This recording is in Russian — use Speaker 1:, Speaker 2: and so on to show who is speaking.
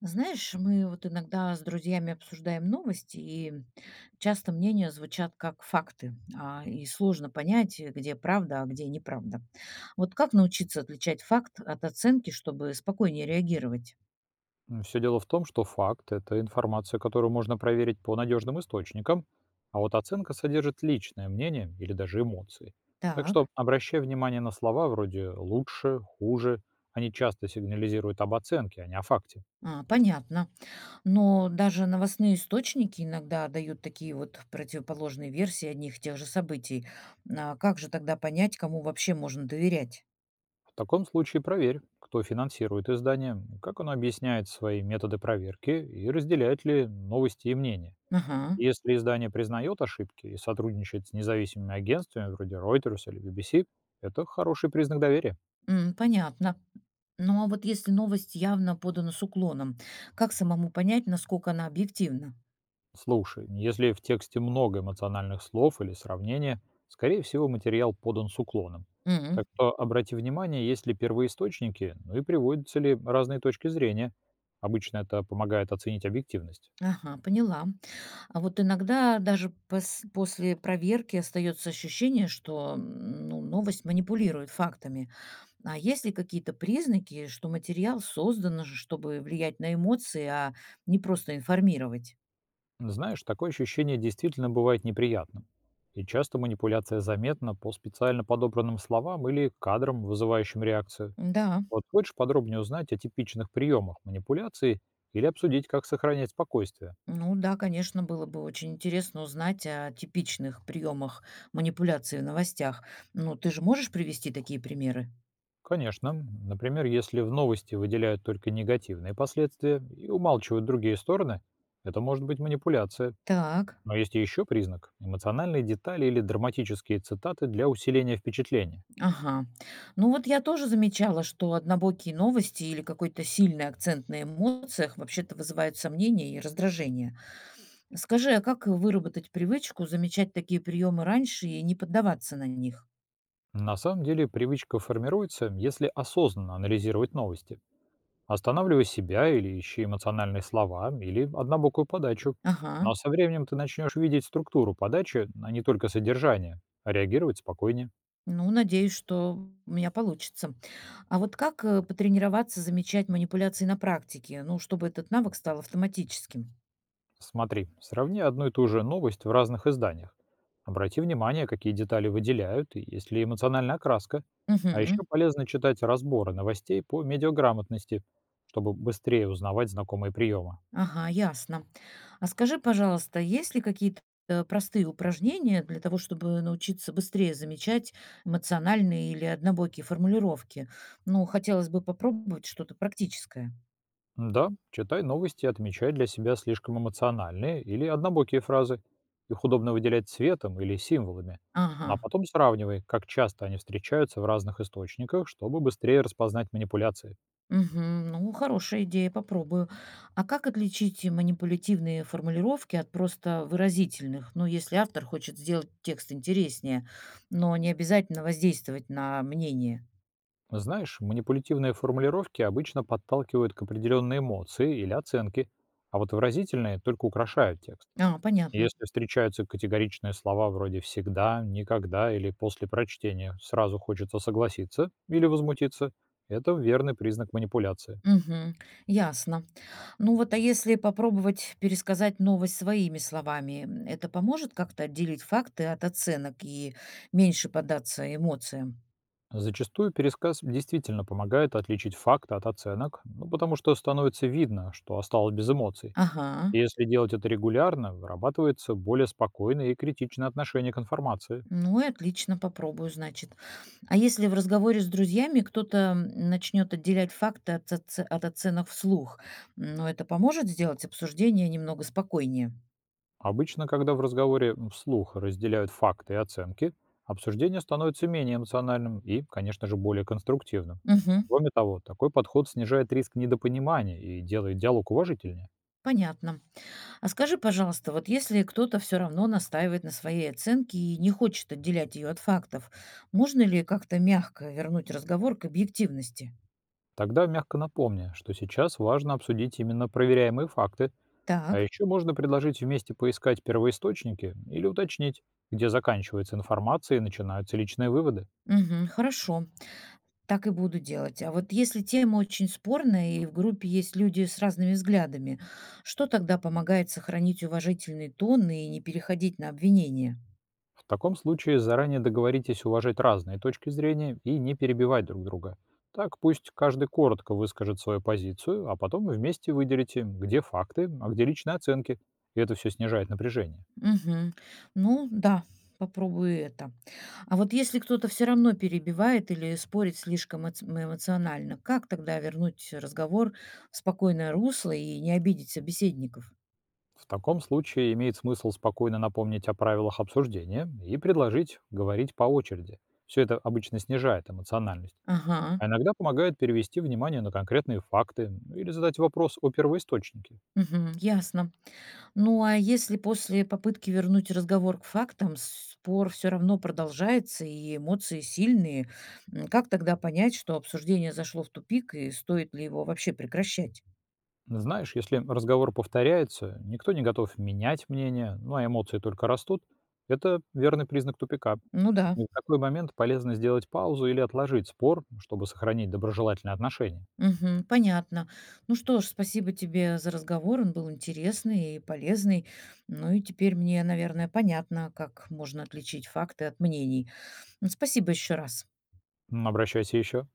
Speaker 1: Знаешь, мы вот иногда с друзьями обсуждаем новости, и часто мнения звучат как факты, и сложно понять, где правда, а где неправда. Вот как научиться отличать факт от оценки, чтобы спокойнее реагировать?
Speaker 2: Все дело в том, что факт– это информация, которую можно проверить по надежным источникам, а вот оценка содержит личное мнение или даже эмоции. Так что
Speaker 1: Так,
Speaker 2: обращай внимание на слова вроде «лучше», «хуже». Они часто сигнализируют об оценке, а не о факте.
Speaker 1: а, понятно. Но даже новостные источники иногда дают такие вот противоположные версии одних и тех же событий. А как же тогда понять, кому вообще можно доверять?
Speaker 2: В таком случае проверь, кто финансирует издание, как оно объясняет свои методы проверки и разделяет ли новости и мнения.
Speaker 1: Ага.
Speaker 2: Если издание признает ошибки и сотрудничает с независимыми агентствами вроде Reuters или BBC, это хороший признак доверия.
Speaker 1: Понятно. Ну а вот если новость явно подана с уклоном, как самому понять, насколько она объективна?
Speaker 2: Слушай, если в тексте много эмоциональных слов или сравнений, скорее всего, материал подан с уклоном. Так
Speaker 1: М,
Speaker 2: что обрати внимание, есть ли первоисточники, ну и приводятся ли разные точки зрения. Обычно это помогает оценить объективность.
Speaker 1: ага, поняла. А вот иногда даже после проверки остается ощущение, что ну, новость манипулирует фактами. А есть ли какие-то признаки, что материал создан, чтобы влиять на эмоции, а не просто информировать?
Speaker 2: Знаешь, такое ощущение действительно бывает неприятным. И часто манипуляция заметна по специально подобранным словам или кадрам, вызывающим реакцию.
Speaker 1: Да.
Speaker 2: Вот хочешь подробнее узнать о типичных приемах манипуляции или обсудить, как сохранять спокойствие?
Speaker 1: Ну да, конечно, было бы очень интересно узнать о типичных приемах манипуляции в новостях. Ну, ты же можешь привести такие примеры?
Speaker 2: Конечно. Например, если в новости выделяют только негативные последствия и умалчивают другие стороны, это может быть манипуляция.
Speaker 1: Так,
Speaker 2: Но есть и еще признак– эмоциональные детали или драматические цитаты для усиления впечатления.
Speaker 1: ага. Ну вот я тоже замечала, что однобокие новости или какой-то сильный акцент на эмоциях вообще-то вызывают сомнения и раздражение. Скажи, а как выработать привычку замечать такие приемы раньше и не поддаваться на них?
Speaker 2: На самом деле привычка формируется, если осознанно анализировать новости. Останавливай себя или ищи эмоциональные слова, или однобокую подачу.
Speaker 1: Ага.
Speaker 2: Но со временем ты начнешь видеть структуру подачи, а не только содержание, а реагировать спокойнее.
Speaker 1: Ну, надеюсь, что у меня получится. А вот как, потренироваться замечать манипуляции на практике? Ну, чтобы этот навык стал автоматическим.
Speaker 2: Смотри, сравни одну и ту же новость в разных изданиях. Обрати внимание, какие детали выделяют и есть ли эмоциональная окраска. А еще
Speaker 1: Мгм.
Speaker 2: полезно читать разборы новостей по медиаграмотности, чтобы быстрее узнавать знакомые приемы.
Speaker 1: Ага, ясно. А скажи, пожалуйста, есть ли какие-то простые упражнения для того, чтобы научиться быстрее замечать эмоциональные или однобокие формулировки? Ну, хотелось бы попробовать что-то практическое.
Speaker 2: Да, читай новости и отмечай для себя слишком эмоциональные или однобокие фразы. Их удобно выделять цветом или символами.
Speaker 1: Ага.
Speaker 2: Ну, а потом сравнивай, как часто они встречаются в разных источниках, чтобы быстрее распознать манипуляции.
Speaker 1: Мгм. Ну, хорошая идея, попробую. А как отличить и манипулятивные формулировки от просто выразительных? Ну, если автор хочет сделать текст интереснее, но не обязательно воздействовать на мнение.
Speaker 2: Знаешь, манипулятивные формулировки обычно подталкивают к определенной эмоции или оценке, а вот выразительные только украшают текст.
Speaker 1: А, понятно.
Speaker 2: Если встречаются категоричные слова вроде «всегда», «никогда» или «после прочтения» сразу хочется согласиться или возмутиться, это верный признак манипуляции.
Speaker 1: Мгм. Ясно. Ну вот, а если попробовать пересказать новость своими словами, это поможет как-то отделить факты от оценок и меньше поддаться эмоциям?
Speaker 2: Зачастую пересказ действительно помогает отличить факт от оценок, ну, потому что становится видно, что осталось без эмоций.
Speaker 1: Ага.
Speaker 2: И если делать это регулярно, вырабатывается более спокойное и критичное отношение к информации.
Speaker 1: Ну и отлично, попробую, значит. А если в разговоре с друзьями кто-то начнет отделять факты от оценок вслух, но это поможет сделать обсуждение немного спокойнее?
Speaker 2: Обычно, когда в разговоре вслух разделяют факты и оценки, обсуждение становится менее эмоциональным и, конечно же, более конструктивным.
Speaker 1: Угу,
Speaker 2: Кроме того, такой подход снижает риск недопонимания и делает диалог уважительнее.
Speaker 1: понятно. А скажи, пожалуйста, вот если кто-то все равно настаивает на своей оценке и не хочет отделять ее от фактов, можно ли как-то мягко вернуть разговор к объективности?
Speaker 2: Тогда мягко напомню, что сейчас важно обсудить именно проверяемые факты, а
Speaker 1: Так,
Speaker 2: еще можно предложить вместе поискать первоисточники или уточнить, где заканчивается информация и начинаются личные выводы.
Speaker 1: угу, хорошо. Так и буду делать. А вот если тема очень спорная и в группе есть люди с разными взглядами, что тогда помогает сохранить уважительный тон и не переходить на обвинения?
Speaker 2: В таком случае заранее договоритесь уважать разные точки зрения и не перебивать друг друга. Так пусть каждый коротко выскажет свою позицию, а потом вы вместе выделите, где факты, а где личные оценки, и это все снижает напряжение.
Speaker 1: Мгм. Ну да, попробую это. А вот если кто-то все равно перебивает или спорит слишком эмоционально, как тогда вернуть разговор в спокойное русло и не обидеть собеседников?
Speaker 2: В таком случае имеет смысл спокойно напомнить о правилах обсуждения и предложить говорить по очереди. Все это обычно снижает эмоциональность,
Speaker 1: Ага,
Speaker 2: а иногда помогает перевести внимание на конкретные факты или задать вопрос о первоисточнике.
Speaker 1: мгм, ясно. Ну, а если после попытки вернуть разговор к фактам спор все равно продолжается и эмоции сильные, как тогда понять, что обсуждение зашло в тупик и стоит ли его вообще прекращать?
Speaker 2: Знаешь, если разговор повторяется, никто не готов менять мнение, ну а эмоции только растут, это верный признак тупика.
Speaker 1: Ну да,
Speaker 2: И в такой момент полезно сделать паузу или отложить спор, чтобы сохранить доброжелательные отношения.
Speaker 1: мгм, понятно. Ну что ж, спасибо тебе за разговор, он был интересный и полезный. Ну и теперь мне, наверное, понятно, как можно отличить факты от мнений. Спасибо еще раз.
Speaker 2: М, обращайся еще.